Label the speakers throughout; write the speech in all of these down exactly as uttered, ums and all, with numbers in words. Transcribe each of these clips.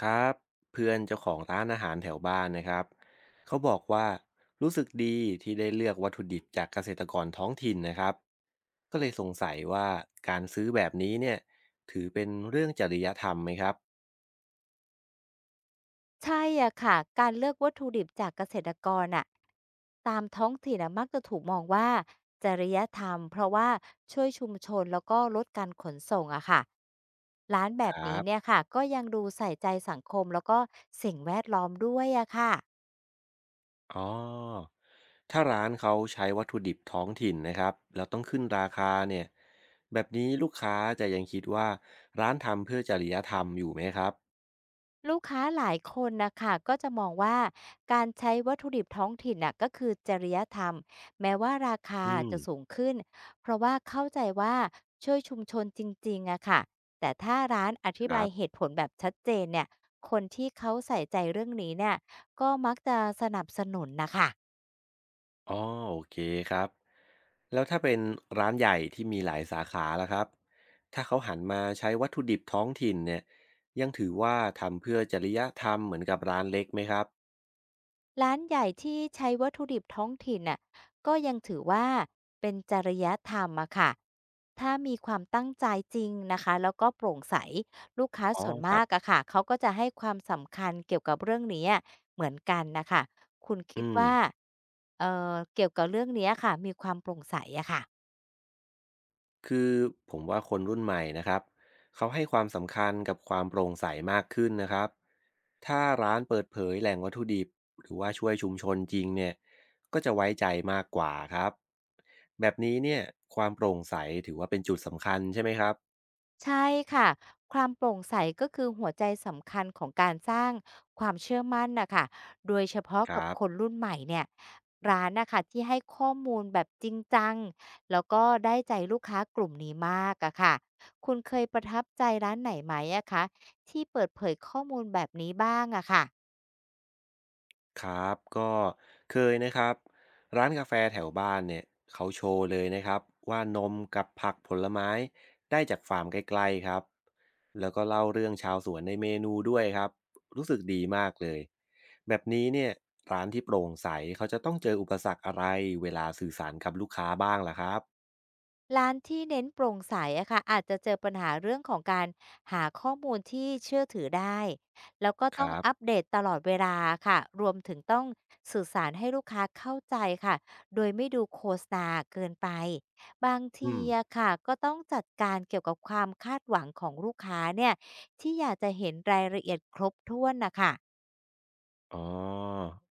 Speaker 1: ครับเพื่อนเจ้าของร้านอาหารแถวบ้านนะครับเขาบอกว่ารู้สึกดีที่ได้เลือกวัตถุดิบจากเกษตรกรท้องถิ่นนะครับก็เลยสงสัยว่าการซื้อแบบนี้เนี่ยถือเป็นเรื่องจริยธรรมไหมครับ
Speaker 2: ใช่อะค่ะการเลือกวัตถุดิบจากเกษตรกรน่ะตามท้องถิ่นน่ะมักจะถูกมองว่าจริยธรรมเพราะว่าช่วยชุมชนแล้วก็ลดการขนส่งอะค่ะร้านแบ
Speaker 1: ค
Speaker 2: บ
Speaker 1: รั
Speaker 2: นี้
Speaker 1: บ
Speaker 2: เนี่ยค่ะก็ยังดูใส่ใจสังคมแล้วก็สิ่งแวดล้อมด้วยอะค่ะ
Speaker 1: อ๋อถ้าร้านเขาใช้วัตถุดิบท้องถิ่นนะครับแล้วต้องขึ้นราคาเนี่ยแบบนี้ลูกค้าจะยังคิดว่าร้านทำเพื่อจริยธรรมอยู่ไหมครับ
Speaker 2: ลูกค้าหลายคนนะคะก็จะมองว่าการใช้วัตถุดิบท้องถิ่นน่ะก็คือจริยธรรมแม้ว่าราคา
Speaker 1: อืม
Speaker 2: จะสูงขึ้นเพราะว่าเข้าใจว่าช่วยชุมชนจริงๆอะค่ะแต่ถ้าร้านอธิ
Speaker 1: ครั
Speaker 2: บายเห
Speaker 1: บ
Speaker 2: ตุผลแบบชัดเจนเนี่ยคนที่เขาใส่ใจเรื่องนี้เนี่ยก็มักจะสนับสนุนนะคะ
Speaker 1: อ๋อโอเคครับแล้วถ้าเป็นร้านใหญ่ที่มีหลายสาขาล่ะครับถ้าเขาหันมาใช้วัตถุดิบท้องถิ่นเนี่ยยังถือว่าทำเพื่อจริยธรรมเหมือนกับร้านเล็กไหมครับ
Speaker 2: ร้านใหญ่ที่ใช้วัตถุดิบท้องถิ่นน่ะก็ยังถือว่าเป็นจริยธรรมอะค่ะถ้ามีความตั้งใจจริงนะคะแล้วก็โปร่งใสลูกค้า
Speaker 1: อ๋อ
Speaker 2: ส่วน
Speaker 1: ครั
Speaker 2: มา
Speaker 1: บ
Speaker 2: กอะค่ะเขาก็จะให้ความสำคัญเกี่ยวกับเรื่องนี้อะเหมือนกันนะคะคุณคิด
Speaker 1: อื
Speaker 2: ว่า
Speaker 1: ม
Speaker 2: เอ่อเกี่ยวกับเรื่องนี้ค่ะมีความโปร่งใสอะค่ะ
Speaker 1: คือผมว่าคนรุ่นใหม่นะครับเขาให้ความสำคัญกับความโปร่งใสมากขึ้นนะครับถ้าร้านเปิดเผยแหล่งวัตถุดิบหรือว่าช่วยชุมชนจริงเนี่ยก็จะไว้ใจมากกว่าครับแบบนี้เนี่ยความโปร่งใสถือว่าเป็นจุดสำคัญใช่ไหมครับ
Speaker 2: ใช่ค่ะ ความโปร่งใสก็คือหัวใจสำคัญของการสร้างความเชื่อมั่นน่ะค่ะโดยเฉพาะ
Speaker 1: ค
Speaker 2: กั
Speaker 1: รั
Speaker 2: บค
Speaker 1: บ
Speaker 2: นรุ่นใหม่เนี่ยร้านนะคะที่ให้ข้อมูลแบบจริงจังแล้วก็ได้ใจลูกค้ากลุ่มนี้มากอะค่ะ คุณเคยประทับใจร้านไหนไหมอะคะที่เปิดเผยข้อมูลแบบนี้บ้างอะค่ะ
Speaker 1: ครับก็เคยนะครับร้านกาแฟแถวบ้านเนี่ยเขาโชว์เลยนะครับว่านมกับผักผลไม้ได้จากฟาร์มใกล้ๆครับแล้วก็เล่าเรื่องชาวสวนในเมนูด้วยครับรู้สึกดีมากเลยแบบนี้เนี่ยร้านที่โปร่งใสเขาจะต้องเจออุปสรรคอะไรเวลาสื่อสารกับลูกค้าบ้างล่ะครับ
Speaker 2: ร้านที่เน้นโปร่งใสอะค่ะอาจจะเจอปัญหาเรื่องของการหาข้อมูลที่เชื่อถือได้แล้วก็
Speaker 1: ค
Speaker 2: ต้อง
Speaker 1: รั
Speaker 2: อัป
Speaker 1: บ
Speaker 2: เดตตลอดเวลาค่ะรวมถึงต้องสื่อสารให้ลูกค้าเข้าใจค่ะโดยไม่ดูโฆษณาเกินไปบาง
Speaker 1: อื
Speaker 2: ที
Speaker 1: ม
Speaker 2: อะค่ะก็ต้องจัดการเกี่ยวกับความคาดหวังของลูกค้าเนี่ยที่อยากจะเห็นรายละเอียดครบถ้วนนะคะ
Speaker 1: อ๋อ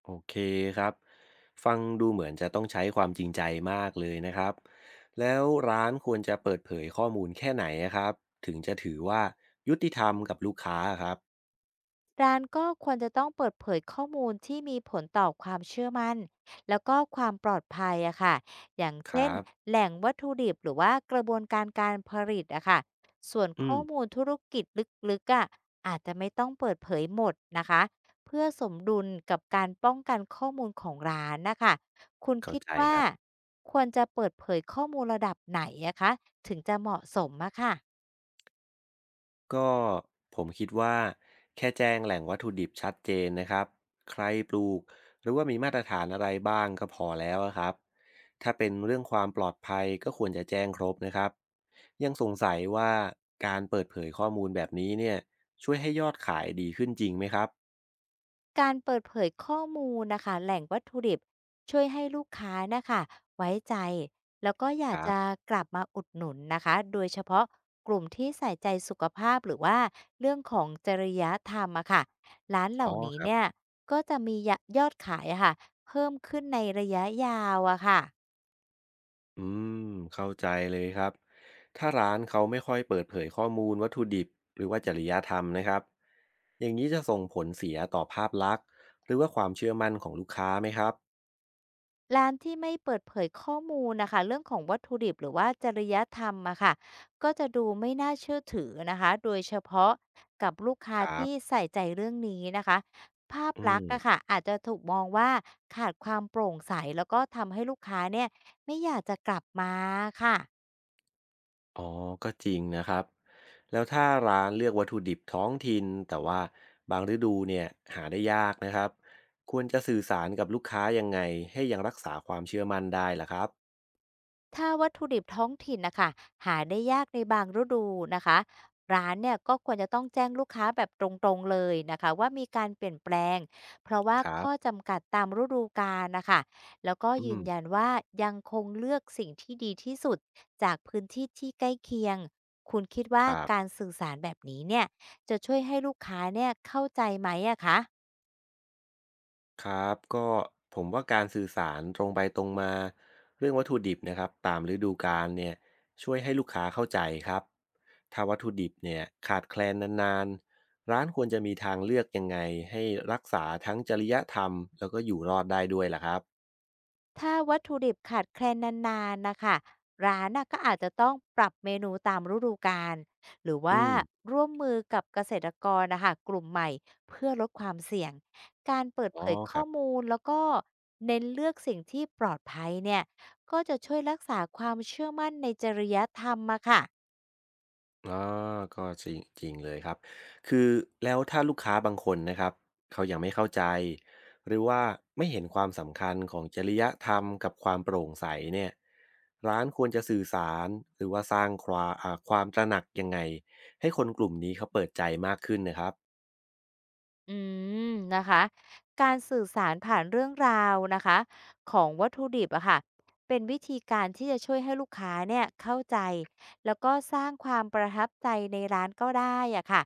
Speaker 1: โอเคครับฟังดูเหมือนจะต้องใช้ความจริงใจมากเลยนะครับแล้วร้านควรจะเปิดเผยข้อมูลแค่ไหนอะครับถึงจะถือว่ายุติธรรมกับลูกค้าอะครับ
Speaker 2: ร้านก็ควรจะต้องเปิดเผยข้อมูลที่มีผลต่อความเชื่อมั่นแล้วก็ความปลอดภัยอะค่ะอย่าง
Speaker 1: ค
Speaker 2: เช่
Speaker 1: รั
Speaker 2: น
Speaker 1: บ
Speaker 2: แหล่งวัตถุดิบหรือว่ากระบวนการการผลิตอะค่ะส่วน
Speaker 1: อื
Speaker 2: ข้อ
Speaker 1: ม
Speaker 2: มูลธุรกิจลึกๆอะอาจจะไม่ต้องเปิดเผยหมดนะคะเพื่อสมดุลกับการป้องกันข้อมูลของร้านนะคะคุณ
Speaker 1: เข้า
Speaker 2: คิด
Speaker 1: ใจค
Speaker 2: ว่า
Speaker 1: รับ
Speaker 2: ควรจะเปิดเผยข้อมูลระดับไหนอะคะถึงจะเหมาะสมอะค่ะ
Speaker 1: ก็ผมคิดว่าแค่แจ้งแหล่งวัตถุดิบชัดเจนนะครับใครปลูกหรือว่ามีมาตรฐานอะไรบ้างก็พอแล้วอะครับถ้าเป็นเรื่องความปลอดภัยก็ควรจะแจ้งครบนะครับยังสงสัยว่าการเปิดเผยข้อมูลแบบนี้เนี่ยช่วยให้ยอดขายดีขึ้นจริงไหมครับ
Speaker 2: การเปิดเผยข้อมูลนะคะแหล่งวัตถุดิบช่วยให้ลูกค้านะคะไว้ใจแล้วก็อยา
Speaker 1: ค
Speaker 2: ก
Speaker 1: รั
Speaker 2: จะ
Speaker 1: บ
Speaker 2: กลับมาอุดหนุนนะคะโดยเฉพาะกลุ่มที่ใส่ใจสุขภาพหรือว่าเรื่องของจริยธรรมอะค่ะร้านเห
Speaker 1: อ๋อ
Speaker 2: ล่านี้
Speaker 1: ครับ
Speaker 2: เนี่ยก็จะมียยอดขายอะค่ะเพิ่มขึ้นในระยะยาวอะค่ะ
Speaker 1: อืมเข้าใจเลยครับถ้าร้านเขาไม่ค่อยเปิดเผยข้อมูลวัตถุดิบหรือว่าจริยธรรมนะครับอย่างนี้จะส่งผลเสียต่อภาพลักษณ์หรือว่าความเชื่อมั่นของลูกค้าไหมครับ
Speaker 2: ร้านที่ไม่เปิดเผยข้อมูลนะคะเรื่องของวัตถุดิบหรือว่าจริยธรรมอะค่ะก็จะดูไม่น่าเชื่อถือนะคะโดยเฉพาะกับลูกค้า
Speaker 1: ครั
Speaker 2: ที่
Speaker 1: บ
Speaker 2: ใส่ใจเรื่องนี้นะคะภาพ
Speaker 1: อื
Speaker 2: ลัก
Speaker 1: ม
Speaker 2: ษณ์อะค่ะอาจจะถูกมองว่าขาดความโปร่งใสแล้วก็ทำให้ลูกค้าเนี่ยไม่อยากจะกลับมาค่ะ
Speaker 1: อ๋อก็จริงนะครับแล้วถ้าร้านเลือกวัตถุดิบท้องถิ่นแต่ว่าบางฤดูเนี่ยหาได้ยากนะครับควรจะสื่อสารกับลูกค้ายังไงให้ยังรักษาความเชื่อมั่นได้ล่ะครับ
Speaker 2: ถ้าวัตถุดิบท้องถิ่นนะคะหาได้ยากในบางฤดูนะคะร้านเนี่ยก็ควรจะต้องแจ้งลูกค้าแบบตรงๆเลยนะคะว่ามีการเปลี่ยนแปลงเพราะว่า
Speaker 1: ครั
Speaker 2: ข้อ
Speaker 1: บ
Speaker 2: จำกัดตามฤดูกาลนะคะแล้วก็
Speaker 1: อื
Speaker 2: ยืน
Speaker 1: ม
Speaker 2: ยันว่ายังคงเลือกสิ่งที่ดีที่สุดจากพื้นที่ที่ใกล้เคียงคุณคิด
Speaker 1: ค
Speaker 2: ว่า
Speaker 1: รับ
Speaker 2: การสื่อสารแบบนี้เนี่ยจะช่วยให้ลูกค้าเนี่ยเข้าใจไหมอะคะ
Speaker 1: ครับก็ผมว่าการสื่อสารตรงไปตรงมาเรื่องวัตถุดิบนะครับตามฤดูกาลเนี่ยช่วยให้ลูกค้าเข้าใจครับถ้าวัตถุดิบเนี่ยขาดแคลนนานๆร้านควรจะมีทางเลือกยังไงให้รักษาทั้งจริยธรรมแล้วก็อยู่รอดได้ด้วยล่ะครับ
Speaker 2: ถ้าวัตถุดิบขาดแคลนนานๆนะคะร้านน่ะก็อาจจะต้องปรับเมนูตามฤดูกาลหรือ
Speaker 1: อื
Speaker 2: ว่า
Speaker 1: ม
Speaker 2: ร่วมมือกับเกษตรกรนะคะกลุ่มใหม่เพื่อลดความเสี่ยงการเปิด
Speaker 1: อ๋
Speaker 2: เผ
Speaker 1: อ
Speaker 2: ย
Speaker 1: ค
Speaker 2: ข้
Speaker 1: รั
Speaker 2: อ
Speaker 1: บ
Speaker 2: มูลแล้วก็เน้นเลือกสิ่งที่ปลอดภัยเนี่ยก็จะช่วยรักษาความเชื่อมั่นในจริยธรรมมาค่ะ
Speaker 1: อ๋อก็จริงจริงเลยครับ คือแล้วถ้าลูกค้าบางคนนะครับเขายังไม่เข้าใจหรือว่าไม่เห็นความสำคัญของจริยธรรมกับความโปร่งใสเนี่ยร้านควรจะสื่อสารหรือว่าสร้างความอ่าความตระหนักยังไงให้คนกลุ่มนี้เขาเปิดใจมากขึ้นนะครับ
Speaker 2: อืมนะคะการสื่อสารผ่านเรื่องราวนะคะของวัตถุดิบอะค่ะเป็นวิธีการที่จะช่วยให้ลูกค้าเนี่ยเข้าใจแล้วก็สร้างความประทับใจในร้านก็ได้อะค่ะ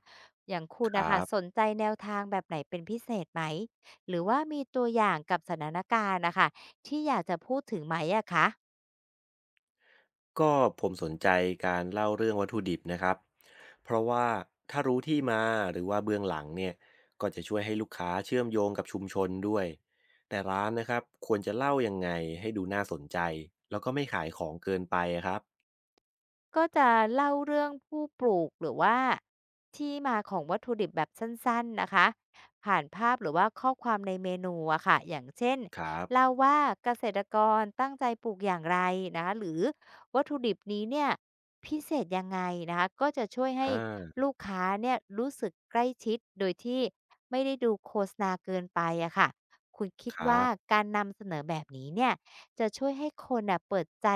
Speaker 2: อย่างคุ
Speaker 1: ค
Speaker 2: ณนะ
Speaker 1: รั
Speaker 2: คะส
Speaker 1: บ
Speaker 2: นใจแนวทางแบบไหนเป็นพิเศษไหมหรือว่ามีตัวอย่างกับสถานการณ์นะคะที่อยากจะพูดถึงไหมอะคะ
Speaker 1: ก็ผมสนใจการเล่าเรื่องวัตถุดิบนะครับเพราะว่าถ้ารู้ที่มาหรือว่าเบื้องหลังเนี่ยก็จะช่วยให้ลูกค้าเชื่อมโยงกับชุมชนด้วยแต่ร้านนะครับควรจะเล่ายังไงให้ดูน่าสนใจแล้วก็ไม่ขายของเกินไปอะครับ
Speaker 2: ก็จะเล่าเรื่องผู้ปลูกหรือว่าที่มาของวัตถุดิบแบบสั้นๆนะคะผ่านภาพหรือว่าข้อความในเมนูอะค่ะอย่างเช่น
Speaker 1: ครับ
Speaker 2: เล่าว่าเกษตรกรตั้งใจปลูกอย่างไรนะคะหรือวัตถุดิบนี้เนี่ยพิเศษยังไงนะคะก็จะช่วยให้
Speaker 1: อ่า
Speaker 2: ลูกค้าเนี่ยรู้สึกใกล้ชิดโดยที่ไม่ได้ดูโฆษณาเกินไปอะค่ะคุณคิด
Speaker 1: ครั
Speaker 2: ว่า
Speaker 1: บ
Speaker 2: การนำเสนอแบบนี้เนี่ยจะช่วยให้คนน่ะเปิดใจ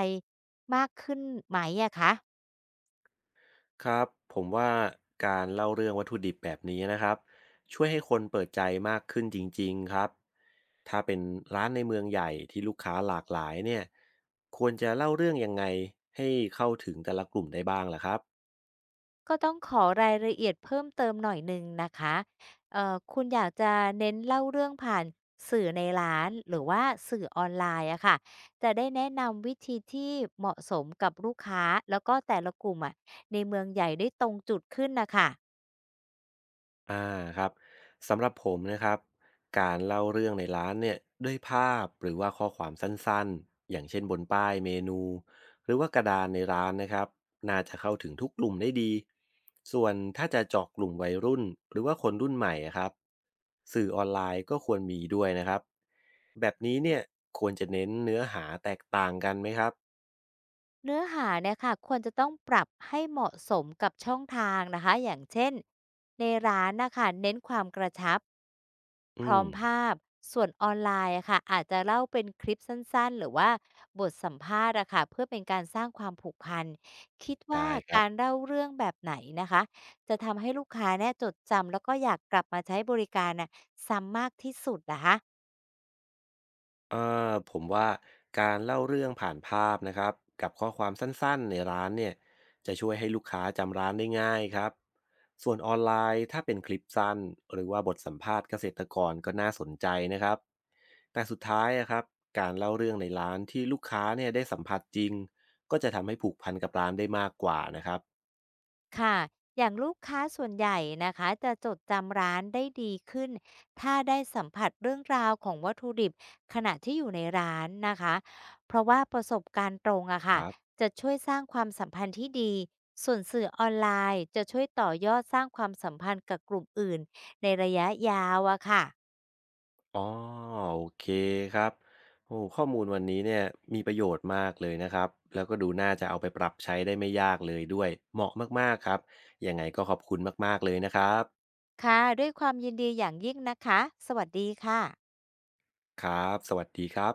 Speaker 2: มากขึ้นไหมอะคะ
Speaker 1: ครับผมว่าการเล่าเรื่องวัตถุดิบแบบนี้นะครับช่วยให้คนเปิดใจมากขึ้นจริงๆครับถ้าเป็นร้านในเมืองใหญ่ที่ลูกค้าหลากหลายเนี่ยควรจะเล่าเรื่องยังไงให้เข้าถึงแต่ละกลุ่มได้บ้างล่ะครับ
Speaker 2: ก็ต้องขอรายละเอียดเพิ่มเติมหน่อยหนึ่งนะคะเอ่อคุณอยากจะเน้นเล่าเรื่องผ่านสื่อในร้านหรือว่าสื่อออนไลน์อะค่ะจะได้แนะนำวิธีที่เหมาะสมกับลูกค้าแล้วก็แต่ละกลุ่มอะในเมืองใหญ่ได้ตรงจุดขึ้นน่ะค่ะ
Speaker 1: อาครับสำหรับผมนะครับการเล่าเรื่องในร้านเนี่ยด้วยภาพหรือว่าข้อความสั้นๆอย่างเช่นบนป้ายเมนูหรือว่ากระดานในร้านนะครับน่าจะเข้าถึงทุกกลุ่มได้ดีส่วนถ้าจะเจาะกลุ่มวัยรุ่นหรือว่าคนรุ่นใหม่อะครับสื่อออนไลน์ก็ควรมีด้วยนะครับแบบนี้เนี่ยควรจะเน้นเนื้อหาแตกต่างกันไหมครับ
Speaker 2: เนื้อหาเนี่ยค่ะควรจะต้องปรับให้เหมาะสมกับช่องทางนะคะอย่างเช่นในร้านน่ะค่ะเน้นความกระชับ พ
Speaker 1: อื
Speaker 2: ร้อ
Speaker 1: ม
Speaker 2: มภาพส่วนออนไลน์อะค่ะอาจจะเล่าเป็นคลิปสั้นๆหรือว่าบทสัมภาษณ์อะค่ะเพื่อเป็นการสร้างความผูกพันคิดว่า
Speaker 1: ได้ครับ
Speaker 2: การเล่าเรื่องแบบไหนนะคะจะทำให้ลูกค้าเนี่ยจดจำแล้วก็อยากกลับมาใช้บริการน่ะซ้ำมากที่สุดนะคะ
Speaker 1: เอ่อผมว่าการเล่าเรื่องผ่านภาพนะครับกับข้อความสั้นๆในร้านเนี่ยจะช่วยให้ลูกค้าจำร้านได้ง่ายครับส่วนออนไลน์ถ้าเป็นคลิปสั้นหรือว่าบทสัมภาษณ์เกษตรกรก็น่าสนใจนะครับแต่สุดท้ายอะครับการเล่าเรื่องในร้านที่ลูกค้าเนี่ยได้สัมผัสจริงก็จะทำให้ผูกพันกับร้านได้มากกว่านะครับ
Speaker 2: ค่ะอย่างลูกค้าส่วนใหญ่นะคะจะจดจำร้านได้ดีขึ้นถ้าได้สัมผัสเรื่องราวของวัตถุดิบขณะที่อยู่ในร้านนะคะเพราะว่าประสบการณ์ตรงอะค่ะจะช่วยสร้างความสัมพันธ์ที่ดีส่วนสื่อออนไลน์จะช่วยต่อยอดสร้างความสัมพันธ์กับกลุ่มอื่นในระยะยาวอะค่ะ
Speaker 1: อ๋อโอเคครับโอ้ข้อมูลวันนี้เนี่ยมีประโยชน์มากเลยนะครับแล้วก็ดูน่าจะเอาไปปรับใช้ได้ไม่ยากเลยด้วยเหมาะมากๆครับยังไงก็ขอบคุณมากๆเลยนะครับ
Speaker 2: ค่ะด้วยความยินดีอย่างยิ่งนะคะสวัสดีค่ะ
Speaker 1: ครับสวัสดีครับ